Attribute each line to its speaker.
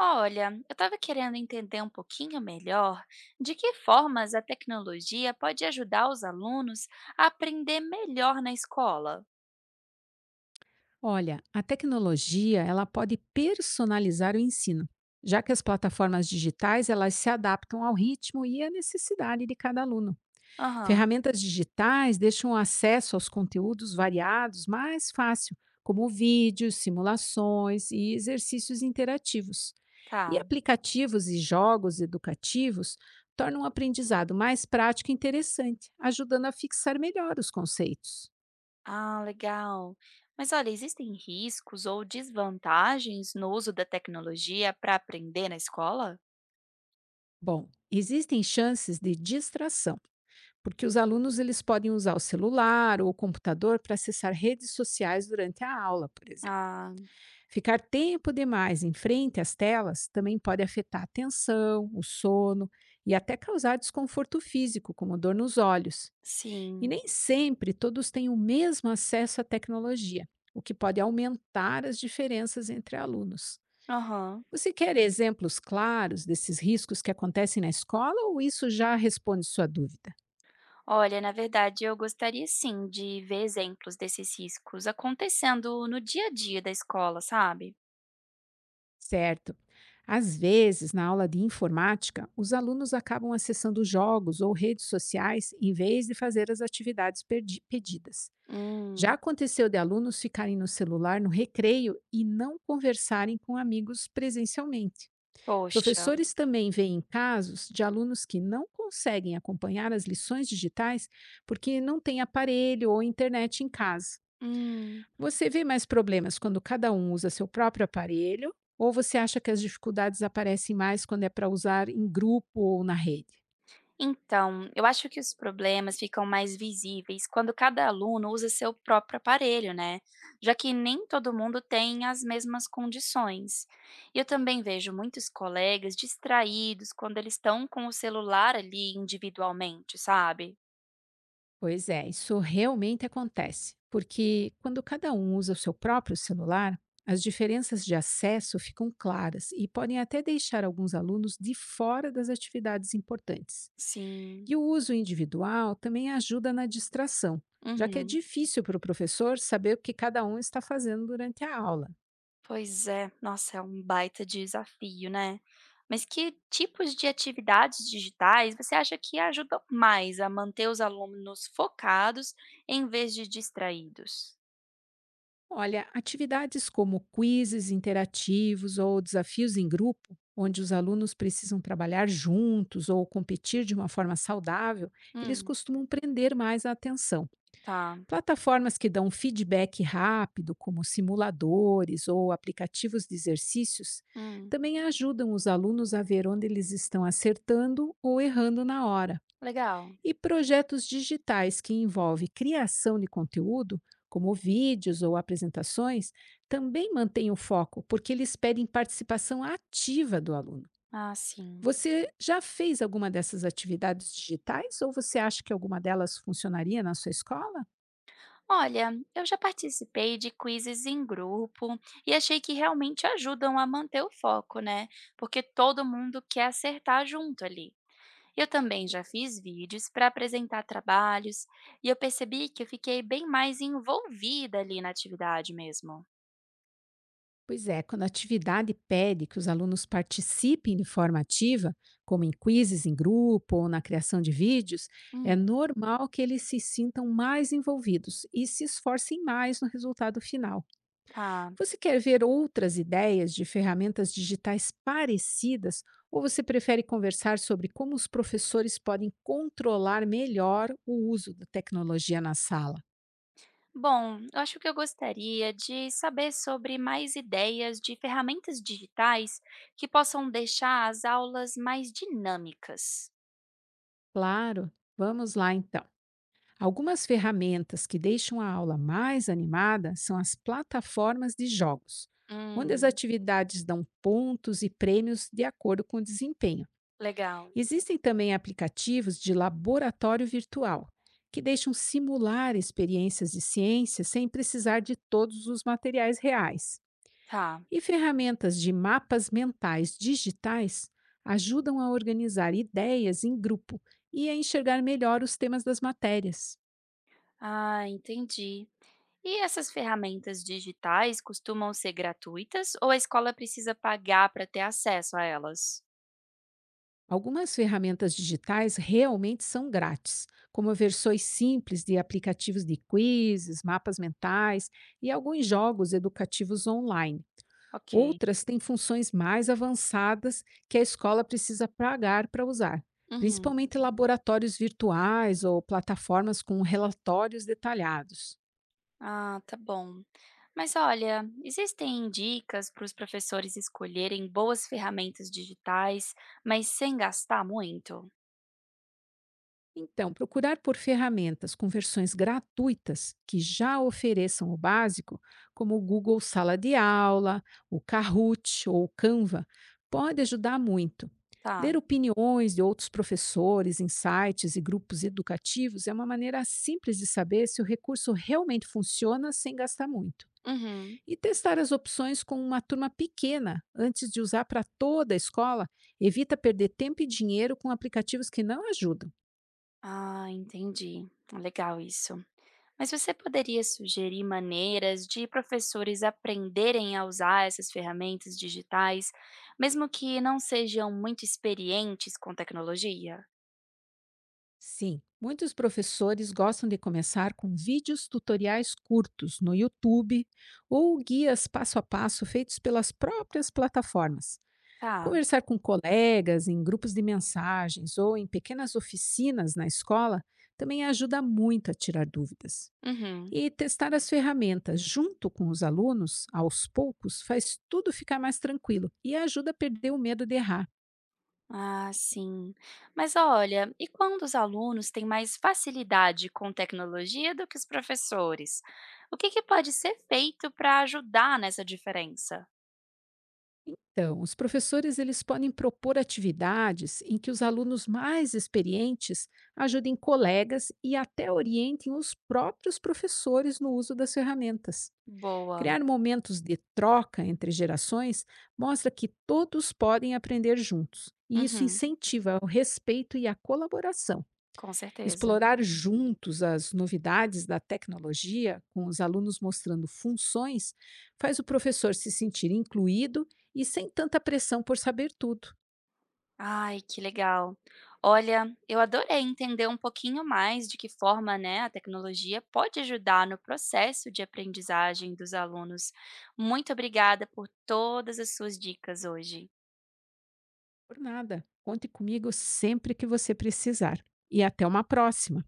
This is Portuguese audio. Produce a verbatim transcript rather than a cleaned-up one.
Speaker 1: Olha, eu estava querendo entender um pouquinho melhor de que formas a tecnologia pode ajudar os alunos a aprender melhor na escola.
Speaker 2: Olha, a tecnologia ela pode personalizar o ensino, já que as plataformas digitais elas se adaptam ao ritmo e à necessidade de cada aluno.
Speaker 1: Aham,
Speaker 2: Ferramentas digitais deixam o acesso aos conteúdos variados mais fácil, como vídeos, simulações e exercícios interativos. E
Speaker 1: tá.
Speaker 2: aplicativos e jogos educativos tornam o aprendizado mais prático e interessante, ajudando a fixar melhor os conceitos.
Speaker 1: Ah, legal. Mas olha, existem riscos ou desvantagens no uso da tecnologia para aprender na escola?
Speaker 2: Bom, existem chances de distração porque os alunos eles podem usar o celular ou o computador para acessar redes sociais durante a aula, por exemplo.
Speaker 1: Ah,
Speaker 2: Ficar tempo demais em frente às telas também pode afetar a atenção, o sono e até causar desconforto físico, como dor nos olhos. E
Speaker 1: sim.
Speaker 2: nem sempre todos têm o mesmo acesso à tecnologia, o que pode aumentar as diferenças entre alunos.
Speaker 1: Aham.
Speaker 2: Você quer exemplos claros desses riscos que acontecem na escola ou isso já responde sua dúvida?
Speaker 1: Olha, na verdade, eu gostaria sim de ver exemplos desses riscos acontecendo no dia a dia da escola, sabe?
Speaker 2: Certo. Às vezes, na aula de informática, os alunos acabam acessando jogos ou redes sociais em vez de fazer as atividades perdi- pedidas. Já
Speaker 1: Hum,
Speaker 2: aconteceu de alunos ficarem no celular no recreio e não conversarem com amigos presencialmente.
Speaker 1: poxa.
Speaker 2: Professores também veem casos de alunos que não conseguem acompanhar as lições digitais porque não têm aparelho ou internet em casa.
Speaker 1: Hum.
Speaker 2: Você vê mais problemas quando cada um usa seu próprio aparelho ou você acha que as dificuldades aparecem mais quando é para usar em grupo ou na rede?
Speaker 1: Então, eu acho que os problemas ficam mais visíveis quando cada aluno usa seu próprio aparelho, né? Já que nem todo mundo tem as mesmas condições. E Eu também vejo muitos colegas distraídos quando eles estão com o celular ali individualmente, sabe?
Speaker 2: Pois é, isso realmente acontece, porque quando cada um usa o seu próprio celular, as diferenças de acesso ficam claras e podem até deixar alguns alunos de fora das atividades importantes.
Speaker 1: Sim.
Speaker 2: E o uso individual também ajuda na distração, já que é
Speaker 1: Uhum.
Speaker 2: difícil para o professor saber o que cada um está fazendo durante a aula.
Speaker 1: Pois é, nossa, é um baita desafio, né. Mas que tipos de atividades digitais você acha que ajudam mais a manter os alunos focados em vez de distraídos?
Speaker 2: Olha, atividades como quizzes interativos ou desafios em grupo, onde os alunos precisam trabalhar juntos ou competir de uma forma saudável, eles
Speaker 1: Hum,
Speaker 2: costumam prender mais a atenção.
Speaker 1: tá.
Speaker 2: Plataformas que dão feedback rápido, como simuladores ou aplicativos de exercícios,
Speaker 1: Hum,
Speaker 2: também ajudam os alunos a ver onde eles estão acertando ou errando na hora.
Speaker 1: legal.
Speaker 2: E projetos digitais que envolvem criação de conteúdo, como vídeos ou apresentações, também mantêm o foco, porque eles pedem participação ativa do aluno.
Speaker 1: Ah, sim.
Speaker 2: Você já fez alguma dessas atividades digitais ou você acha que alguma delas funcionaria na sua escola?
Speaker 1: Olha, eu já participei de quizzes em grupo e achei que realmente ajudam a manter o foco, né, porque todo mundo quer acertar junto ali. Eu também já fiz vídeos para apresentar trabalhos e eu percebi que eu fiquei bem mais envolvida ali na atividade mesmo.
Speaker 2: Pois é, quando a atividade pede que os alunos participem de forma ativa, como em quizzes em grupo ou na criação de vídeos, é
Speaker 1: Hum,
Speaker 2: normal que eles se sintam mais envolvidos e se esforcem mais no resultado final.
Speaker 1: Tá.
Speaker 2: Você quer ver outras ideias de ferramentas digitais parecidas ou você prefere conversar sobre como os professores podem controlar melhor o uso da tecnologia na sala?
Speaker 1: Bom, eu acho que eu gostaria de saber sobre mais ideias de ferramentas digitais que possam deixar as aulas mais dinâmicas.
Speaker 2: Claro, vamos lá então. Algumas ferramentas que deixam a aula mais animada são as plataformas de jogos, onde as
Speaker 1: Hum,
Speaker 2: atividades dão pontos e prêmios de acordo com o desempenho.
Speaker 1: legal.
Speaker 2: Existem também aplicativos de laboratório virtual, que deixam simular experiências de ciência sem precisar de todos os materiais reais.
Speaker 1: Tá.
Speaker 2: E ferramentas de mapas mentais digitais ajudam a organizar ideias em grupo e a enxergar melhor os temas das matérias.
Speaker 1: Ah, entendi. E essas ferramentas digitais costumam ser gratuitas ou a escola precisa pagar para ter acesso a elas?
Speaker 2: Algumas ferramentas digitais realmente são grátis, como versões simples de aplicativos de quizzes, mapas mentais e alguns jogos educativos online.
Speaker 1: Ok.
Speaker 2: Outras têm funções mais avançadas que a escola precisa pagar para usar,
Speaker 1: Uhum.
Speaker 2: principalmente laboratórios virtuais ou plataformas com relatórios detalhados.
Speaker 1: Ah, tá bom. Mas olha, existem dicas para os professores escolherem boas ferramentas digitais, mas sem gastar muito?
Speaker 2: Então, procurar por ferramentas com versões gratuitas que já ofereçam o básico, como o Google Sala de Aula, o Kahoot ou o Canva, pode ajudar muito.
Speaker 1: Tá.
Speaker 2: Ler opiniões de outros professores em sites e grupos educativos é uma maneira simples de saber se o recurso realmente funciona sem gastar muito.
Speaker 1: Uhum.
Speaker 2: E testar as opções com uma turma pequena antes de usar para toda a escola evita perder tempo e dinheiro com aplicativos que não ajudam.
Speaker 1: Ah, entendi. Legal isso. Mas você poderia sugerir maneiras de professores aprenderem a usar essas ferramentas digitais, mesmo que não sejam muito experientes com tecnologia?
Speaker 2: Sim, muitos professores gostam de começar com vídeos tutoriais curtos no YouTube ou guias passo a passo feitos pelas próprias plataformas.
Speaker 1: Tá.
Speaker 2: Conversar com colegas em grupos de mensagens ou em pequenas oficinas na escola também ajuda muito a tirar dúvidas.
Speaker 1: Uhum.
Speaker 2: E testar as ferramentas junto com os alunos, aos poucos, faz tudo ficar mais tranquilo e ajuda a perder o medo de errar.
Speaker 1: Ah, sim. Mas olha, e quando os alunos têm mais facilidade com tecnologia do que os professores? O que que pode ser feito para ajudar nessa diferença?
Speaker 2: Então, os professores eles podem propor atividades em que os alunos mais experientes ajudem colegas e até orientem os próprios professores no uso das ferramentas.
Speaker 1: Boa.
Speaker 2: Criar momentos de troca entre gerações mostra que todos podem aprender juntos, e isso
Speaker 1: Uhum,
Speaker 2: incentiva o respeito e a colaboração.
Speaker 1: com certeza.
Speaker 2: Explorar juntos as novidades da tecnologia, com os alunos mostrando funções, faz o professor se sentir incluído e sem tanta pressão por saber tudo.
Speaker 1: Ai, que legal. Olha, eu adorei entender um pouquinho mais de que forma, né, a tecnologia pode ajudar no processo de aprendizagem dos alunos. Muito obrigada por todas as suas dicas hoje.
Speaker 2: Por nada. Conte comigo sempre que você precisar. E até uma próxima!